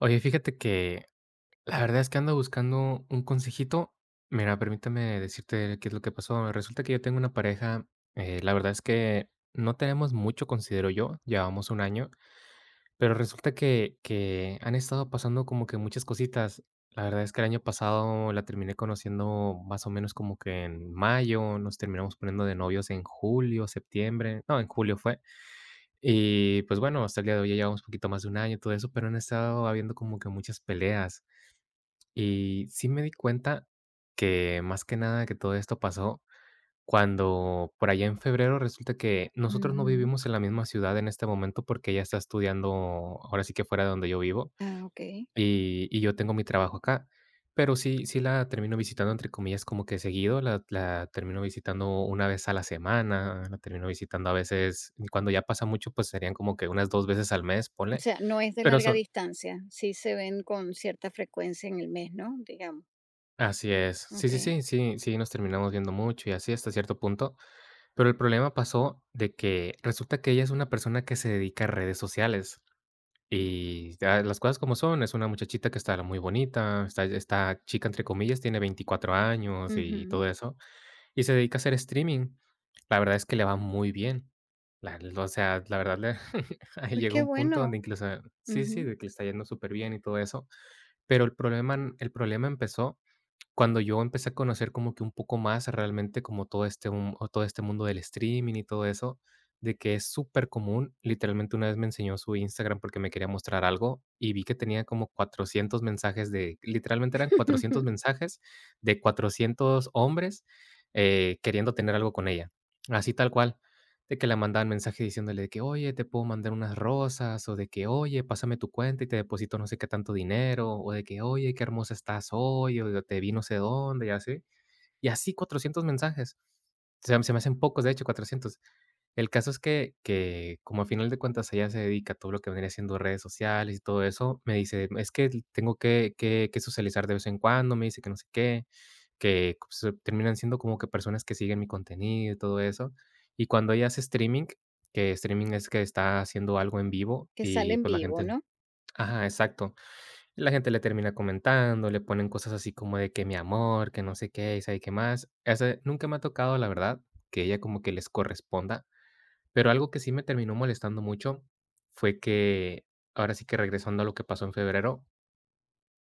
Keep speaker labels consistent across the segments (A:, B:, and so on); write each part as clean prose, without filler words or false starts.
A: Oye, fíjate que la verdad es que ando buscando un consejito. Mira, permítame decirte qué es lo que pasó. Resulta que yo tengo una pareja, la verdad es que no tenemos mucho, considero yo, llevamos un año, pero resulta que han estado pasando como que muchas cositas. La verdad es que el año pasado la terminé conociendo más o menos como que en mayo, nos terminamos poniendo de novios en julio, septiembre, no, en julio fue. Y pues bueno, hasta el día de hoy ya llevamos un poquito más de un año, todo eso, pero han estado habiendo como que muchas peleas. Y sí me di cuenta que, más que nada, que todo esto pasó cuando por allá en febrero resulta que nosotros no
B: Ujú.
A: vivimos en la misma ciudad en este momento, porque ella está estudiando ahora sí que fuera de donde yo vivo,
B: Ah, okey.
A: y yo tengo mi trabajo acá. Pero sí la termino visitando, entre comillas, como que seguido, la termino visitando una vez a la semana, la termino visitando a veces, y cuando ya pasa mucho, pues serían como que unas 2 veces al mes,
B: O
A: ponle,
B: sea, no es de
A: pero
B: larga
A: son
B: distancia, sí se ven con cierta frecuencia en el mes, ¿no? Digamos,
A: así es. Sí, sí,
B: okey.
A: sí, sí, sí, nos terminamos viendo mucho y así hasta cierto punto, pero el problema pasó de que resulta que ella es una persona que se dedica a redes sociales y ya las cosas como son, es una muchachita que está muy bonita, está chica entre comillas, tiene 24 años y
B: Ujú.
A: todo eso, y se dedica a hacer streaming. La verdad es que le va muy bien. La O sea, la verdad le ahí
B: Pues
A: llegó
B: qué
A: un punto donde
B: bueno.
A: incluso sí, sí,
B: Ujú.
A: de que le está yendo súper bien y todo eso, pero el problema empezó cuando yo empecé a conocer como que un poco más realmente como todo este o todo este mundo del streaming y todo eso, de que es súper común. Literalmente una vez me enseñó su Instagram porque me quería mostrar algo y vi que tenía como 400 mensajes de, literalmente eran 400 mensajes de 400 hombres queriendo tener algo con ella. Así tal cual de que le mandaban mensaje diciéndole de que: "Oye, te puedo mandar unas rosas", o de que: "Oye, pásame tu cuenta y te deposito no sé qué tanto dinero", o de que: "Oye, qué hermosa estás hoy", o de: "Te vi no sé dónde", y así. Y así 400 mensajes. Se me hacen pocos, de hecho, 400. El caso es que, como a final de cuentas ella se dedica a todo lo que vendría siendo redes sociales y todo eso, me dice, es que tengo que socializar de vez en cuando, me dice que no sé qué, que pues, terminan siendo como que personas que siguen mi contenido y todo eso. Y cuando ella hace streaming, que streaming es que está haciendo algo en vivo
B: Que
A: y
B: salen
A: pues la
B: vivo,
A: gente,
B: ¿no?
A: ajá, exacto. La gente le termina comentando, le ponen cosas así como de que mi amor, que no sé qué, y sabe qué más. Ese nunca me ha tocado, la verdad, que ella como que les corresponda, pero algo que sí me terminó molestando mucho fue que, ahora sí que regresando a lo que pasó en febrero,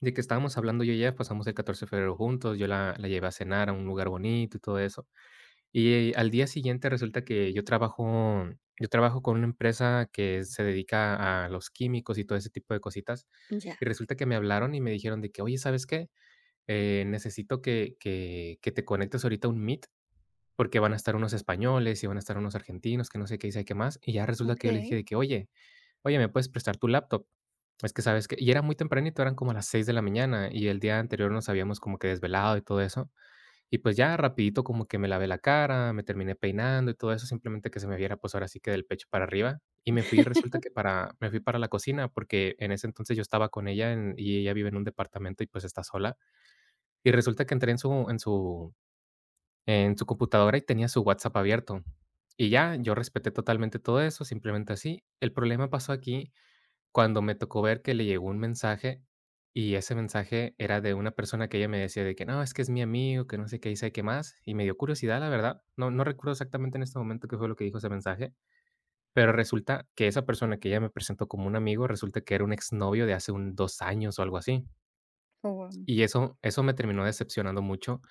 A: de que estábamos hablando yo y ella, pasamos el 14 de febrero juntos, yo la llevé a cenar a un lugar bonito y todo eso. Y al día siguiente resulta que yo trabajo con una empresa que se dedica a los químicos y todo ese tipo de cositas,
B: Ya,
A: y resulta que me hablaron y me dijeron de que: "Oye, ¿sabes qué? Necesito que te conectes ahorita a un meet, porque van a estar unos españoles y van a estar unos argentinos, que no sé qué y sabe qué más". Y ya resulta que yo le dije
B: okey.
A: de que: "Oye, ¿me puedes prestar tu laptop? Es que, ¿sabes que Y era muy tempranito, eran como las 6 de la mañana, y el día anterior nos habíamos como que desvelado y todo eso. Y pues ya rapidito como que me lavé la cara, me terminé peinando y todo eso, simplemente que se me viera, pues, ahora sí que del pecho para arriba. Y me fui, resulta que para me fui para la cocina, porque en ese entonces yo estaba con ella en y ella vive en un departamento y, pues, está sola. Y resulta que entré en su computadora y tenía su WhatsApp abierto. Y ya, yo respeté totalmente todo eso, simplemente así. El problema pasó aquí cuando me tocó ver que le llegó un mensaje, y ese mensaje era de una persona que ella me decía de que: "No, es que es mi amigo, que no sé qué y qué más", y me dio curiosidad, la verdad. No recuerdo exactamente en este momento qué fue lo que dijo ese mensaje, pero resulta que esa persona que ella me presentó como un amigo, resulta que era un exnovio de hace un 2 años o algo así.
B: Oh, wao.
A: Y eso me terminó decepcionando mucho,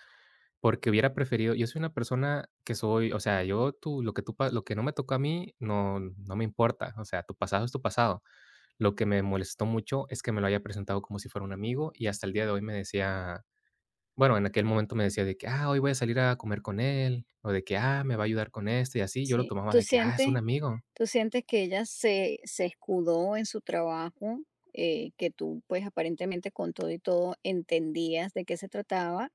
A: porque hubiera preferido yo soy una persona que soy o sea, yo tú lo que tú pa lo que no me tocó a mí, no me importa, o sea, tu pasado es tu pasado. Lo que me molestó mucho es que me lo haya presentado como si fuera un amigo, y hasta el día de hoy me decía, bueno, en aquel momento me decía de que: "Ah, hoy voy a salir a comer con él", o de que: "Ah, me va a ayudar con esto", y así, yo lo
B: Sí,
A: tomaba
B: ¿tú
A: de que: "Ah, es
B: sientes
A: un amigo".
B: tú sientes que ella se escudó en su trabajo, que tú, pues, aparentemente con todo y todo entendías de qué se trataba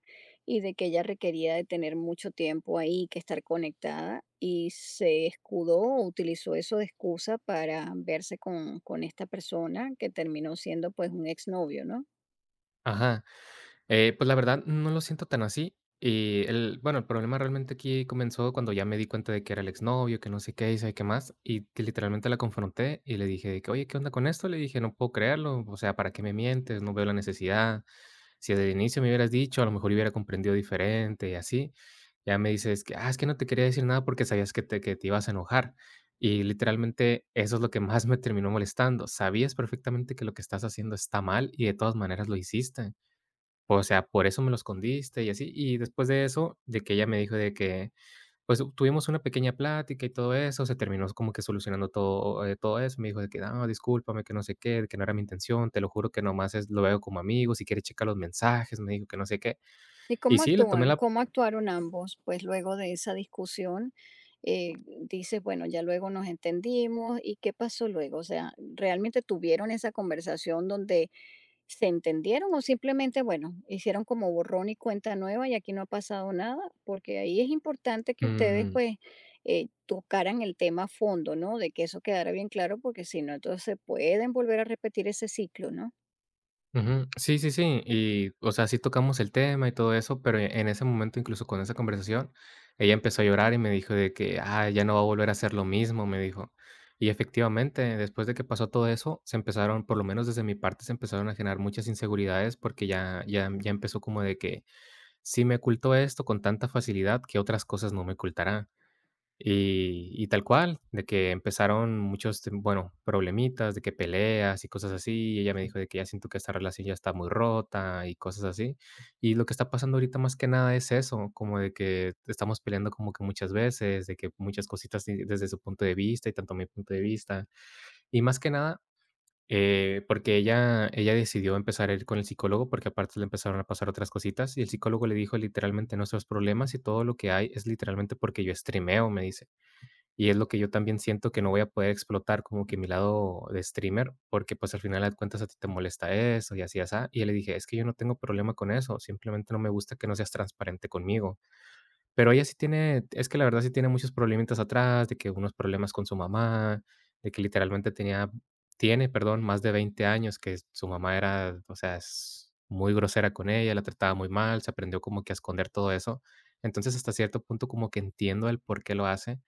B: y de que ella requería de tener mucho tiempo ahí, que estar conectada, y se escudó o utilizó eso de excusa para verse con esta persona que terminó siendo, pues, un exnovio, ¿no?
A: Ajá. Pues, la verdad, no lo siento tan así. Y el bueno, el problema realmente aquí comenzó cuando ya me di cuenta de que era el exnovio, que no sé qué, y sabe qué más, y que literalmente la confronté y le dije de que: "Oye, ¿qué onda con esto?". Le dije: "No puedo creerlo, o sea, ¿para qué me mientes? No veo la necesidad. Si desde el inicio me hubieras dicho, a lo mejor hubiera comprendido diferente", y así. Ya me dices que, ah, es que no te quería decir nada porque sabías que te ibas a enojar". Y literalmente eso es lo que más me terminó molestando. Sabías perfectamente que lo que estás haciendo está mal y de todas maneras lo hiciste. O sea, por eso me lo escondiste y así. Y después de eso, de que ella me dijo de que, pues, tuvimos una pequeña plática y todo eso, se terminó como que solucionando todo, todo eso. Me dijo de que, no, discúlpame, que no sé qué, que no era mi intención, te lo juro que nomás es, lo veo como amigo, si quieres checar los mensajes, me dijo que no sé qué.
B: ¿Y
A: Y
B: cómo
A: sí, le tomé
B: actúan?
A: la.
B: ¿Cómo actuaron ambos? Pues luego de esa discusión, eh, dices, bueno, ya luego nos entendimos. ¿Y qué pasó luego? O sea, ¿realmente tuvieron esa conversación donde se entendieron o simplemente, bueno, hicieron como borrón y cuenta nueva y aquí no ha pasado nada? Porque ahí es importante que ustedes
A: Mm,
B: pues tocaran el tema a fondo, ¿no? De que eso quedara bien claro porque si no, entonces pueden volver a repetir ese ciclo, ¿no?
A: ujú. Sí, sí, sí. Y, o sea, sí tocamos el tema y todo eso, pero en ese momento, incluso con esa conversación, ella empezó a llorar y me dijo de que, ah, ya no va a volver a hacer lo mismo, me dijo. Y efectivamente, después de que pasó todo eso, se empezaron, por lo menos desde mi parte, se empezaron a generar muchas inseguridades porque ya, empezó como de que sí me ocultó esto con tanta facilidad que otras cosas no me ocultará. Y tal cual, de que empezaron muchos, tem bueno, problemitas, de que peleas y cosas así, y ella me dijo de que: "Ya siento que esta relación ya está muy rota", y cosas así. Y lo que está pasando ahorita más que nada es eso, como de que estamos peleando como que muchas veces, de que muchas cositas de desde su punto de vista y tanto mi punto de vista. Y más que nada, porque ella decidió empezar a ir con el psicólogo, porque aparte le empezaron a pasar otras cositas, y el psicólogo le dijo literalmente: "Nuestros problemas y todo lo que hay es literalmente porque yo streameo", me dice. Y es lo que yo también siento que no voy a poder explotar como que mi lado de streamer, porque, pues, al final de cuentas a ti te molesta eso y así, así. Y yo le dije: "Es que yo no tengo problema con eso, simplemente no me gusta que no seas transparente conmigo". Pero ella sí tiene es que la verdad sí tiene muchos problemitas atrás, de que unos problemas con su mamá, de que literalmente tenía tiene, perdón, más de 20 años, que su mamá era, o sea, es muy grosera con ella, la trataba muy mal, se aprendió como que a esconder todo eso. Entonces, hasta cierto punto como que entiendo el por qué lo hace,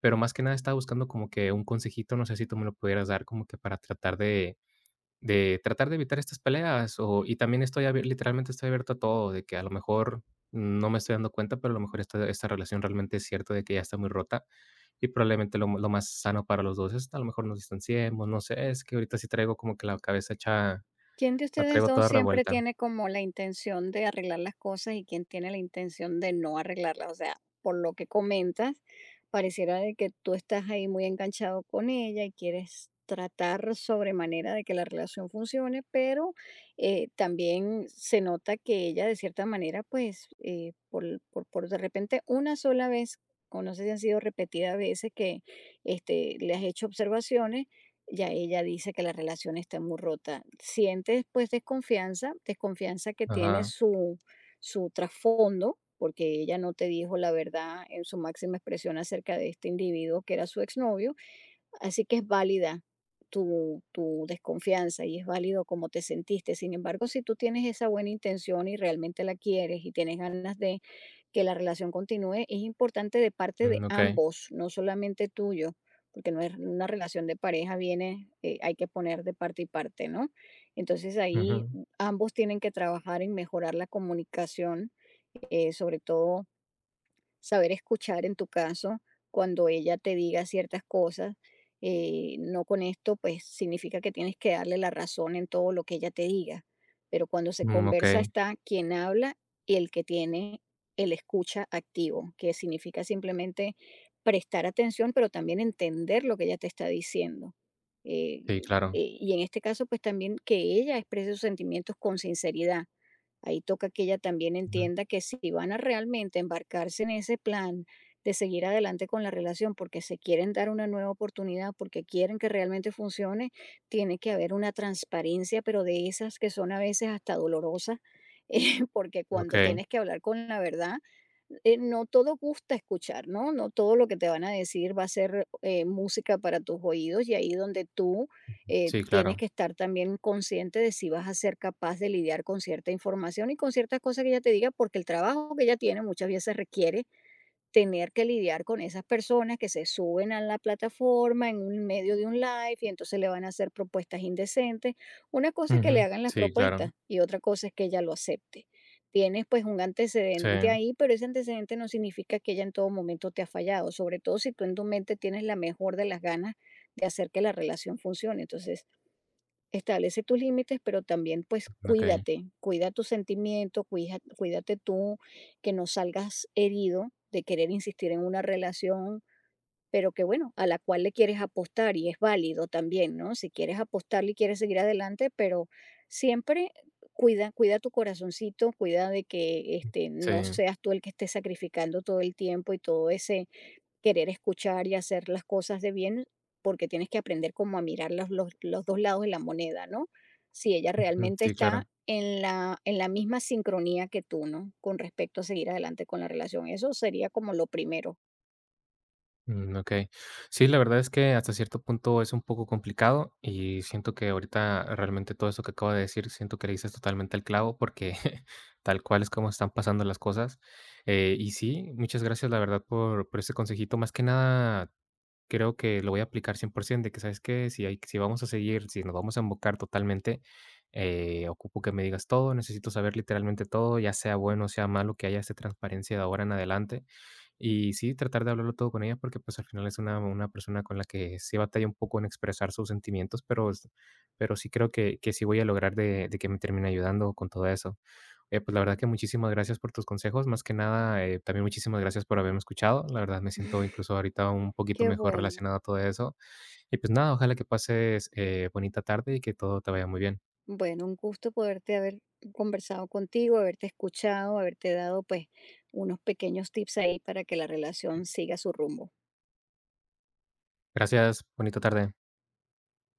A: pero más que nada estaba buscando como que un consejito, no sé si tú me lo pudieras dar como que para tratar de tratar de evitar estas peleas, o y también estoy abier literalmente estoy abierto a todo, de que a lo mejor no me estoy dando cuenta, pero a lo mejor esta relación realmente es cierto de que ya está muy rota, y probablemente lo más sano para los 2 es a lo mejor nos distanciemos, no sé, es que ahorita sí traigo como que la cabeza hecha
B: ¿Quién de
A: la
B: ustedes
A: traigo
B: dos
A: toda
B: siempre
A: revuelta.
B: tiene como la intención de arreglar las cosas y quién tiene la intención de no arreglarlas? O sea, por lo que comentas, pareciera de que tú estás ahí muy enganchado con ella y quieres tratar sobre manera de que la relación funcione, pero también se nota que ella de cierta manera, pues, por de repente una sola vez, o no sé si han sido repetidas veces que le has hecho observaciones, ya ella dice que la relación está muy rota. Sientes, pues, desconfianza, desconfianza que tiene
A: Ajá,
B: su trasfondo, porque ella no te dijo la verdad en su máxima expresión acerca de este individuo que era su exnovio. Así que es válida tu desconfianza y es válido cómo te sentiste. Sin embargo, si tú tienes esa buena intención y realmente la quieres y tienes ganas de que la relación continúe, es importante de parte de
A: mm, okey,
B: ambos, no solamente tuyo, porque no es una relación de pareja, viene, hay que poner de parte y parte, ¿no? Entonces ahí
A: ujú,
B: ambos tienen que trabajar en mejorar la comunicación, sobre todo saber escuchar en tu caso cuando ella te diga ciertas cosas. No con esto, pues significa que tienes que darle la razón en todo lo que ella te diga. Pero cuando se
A: mm,
B: conversa
A: okey,
B: está quien habla y el que tiene el escucha activo, que significa simplemente prestar atención, pero también entender lo que ella te está diciendo.
A: sí, claro,
B: Y en este caso, pues también que ella exprese sus sentimientos con sinceridad. Ahí toca que ella también
A: ujú,
B: entienda que si van a realmente embarcarse en ese plan de seguir adelante con la relación porque se quieren dar una nueva oportunidad, porque quieren que realmente funcione, tiene que haber una transparencia, pero de esas que son a veces hasta dolorosas. Porque cuando
A: okey,
B: tienes que hablar con la verdad, no todo gusta escuchar, ¿no? No todo lo que te van a decir va a ser música para tus oídos y ahí donde tú
A: sí,
B: tienes
A: claro,
B: que estar también consciente de si vas a ser capaz de lidiar con cierta información y con ciertas cosas que ella te diga, porque el trabajo que ella tiene muchas veces requiere tener que lidiar con esas personas que se suben a la plataforma en un medio de un live y entonces le van a hacer propuestas indecentes. Una cosa es que le
A: ujú,
B: hagan las
A: sí, claro.
B: propuestas y otra cosa es que ella lo acepte. Tienes pues un
A: Sí,
B: antecedente ahí, pero ese antecedente no significa que ella en todo momento te ha fallado, sobre todo si tú en tu mente tienes la mejor de las ganas de hacer que la relación funcione. Entonces, establece tus límites, pero también pues
A: okey.
B: cuídate, cuida tus sentimientos, cuida cuídate tú, que no salgas herido de querer insistir en una relación, pero que bueno, a la cual le quieres apostar y es válido también, ¿no? Si quieres apostarle y quieres seguir adelante, pero siempre cuida, cuida tu corazoncito, cuida de que no
A: Sí,
B: seas tú el que esté sacrificando todo el tiempo y todo ese querer escuchar y hacer las cosas de bien, porque tienes que aprender como a mirar los dos lados de la moneda, ¿no? Si ella
A: mm,
B: realmente
A: sí,
B: está
A: claro.
B: en la misma sincronía que tú, ¿no? Con respecto a seguir adelante con la relación. Eso sería como lo primero.
A: Mm, okey. Sí, la verdad es que hasta cierto punto es un poco complicado y siento que ahorita realmente todo eso que acabo de decir, siento que le dices totalmente al clavo porque tal cual es como están pasando las cosas. Y sí, muchas gracias, la verdad, por ese consejito. Más que nada. Creo que lo voy a aplicar 100%. De que, ¿sabes que Si hay si vamos a seguir, si nos vamos a embocar totalmente. Ocupo que me digas todo, necesito saber literalmente todo, ya sea bueno, sea malo, que haya esa transparencia de ahora en adelante. Y sí, tratar de hablarlo todo con ella, porque pues al final es una persona con la que sí batalla un poco en expresar sus sentimientos, pero sí creo que sí voy a lograr de que me termine ayudando con todo eso. Pues la verdad que muchísimas gracias por tus consejos, más que nada, también muchísimas gracias por haberme escuchado. La verdad me siento incluso ahorita un poquito
B: Qué
A: mejor
B: bueno.
A: relacionado a todo eso. Y pues nada, ojalá que pases bonita tarde y que todo te vaya muy bien.
B: Bueno, un gusto poderte haber conversado contigo, haberte escuchado, haberte dado pues unos pequeños tips ahí para que la relación siga su rumbo.
A: Gracias, bonita tarde.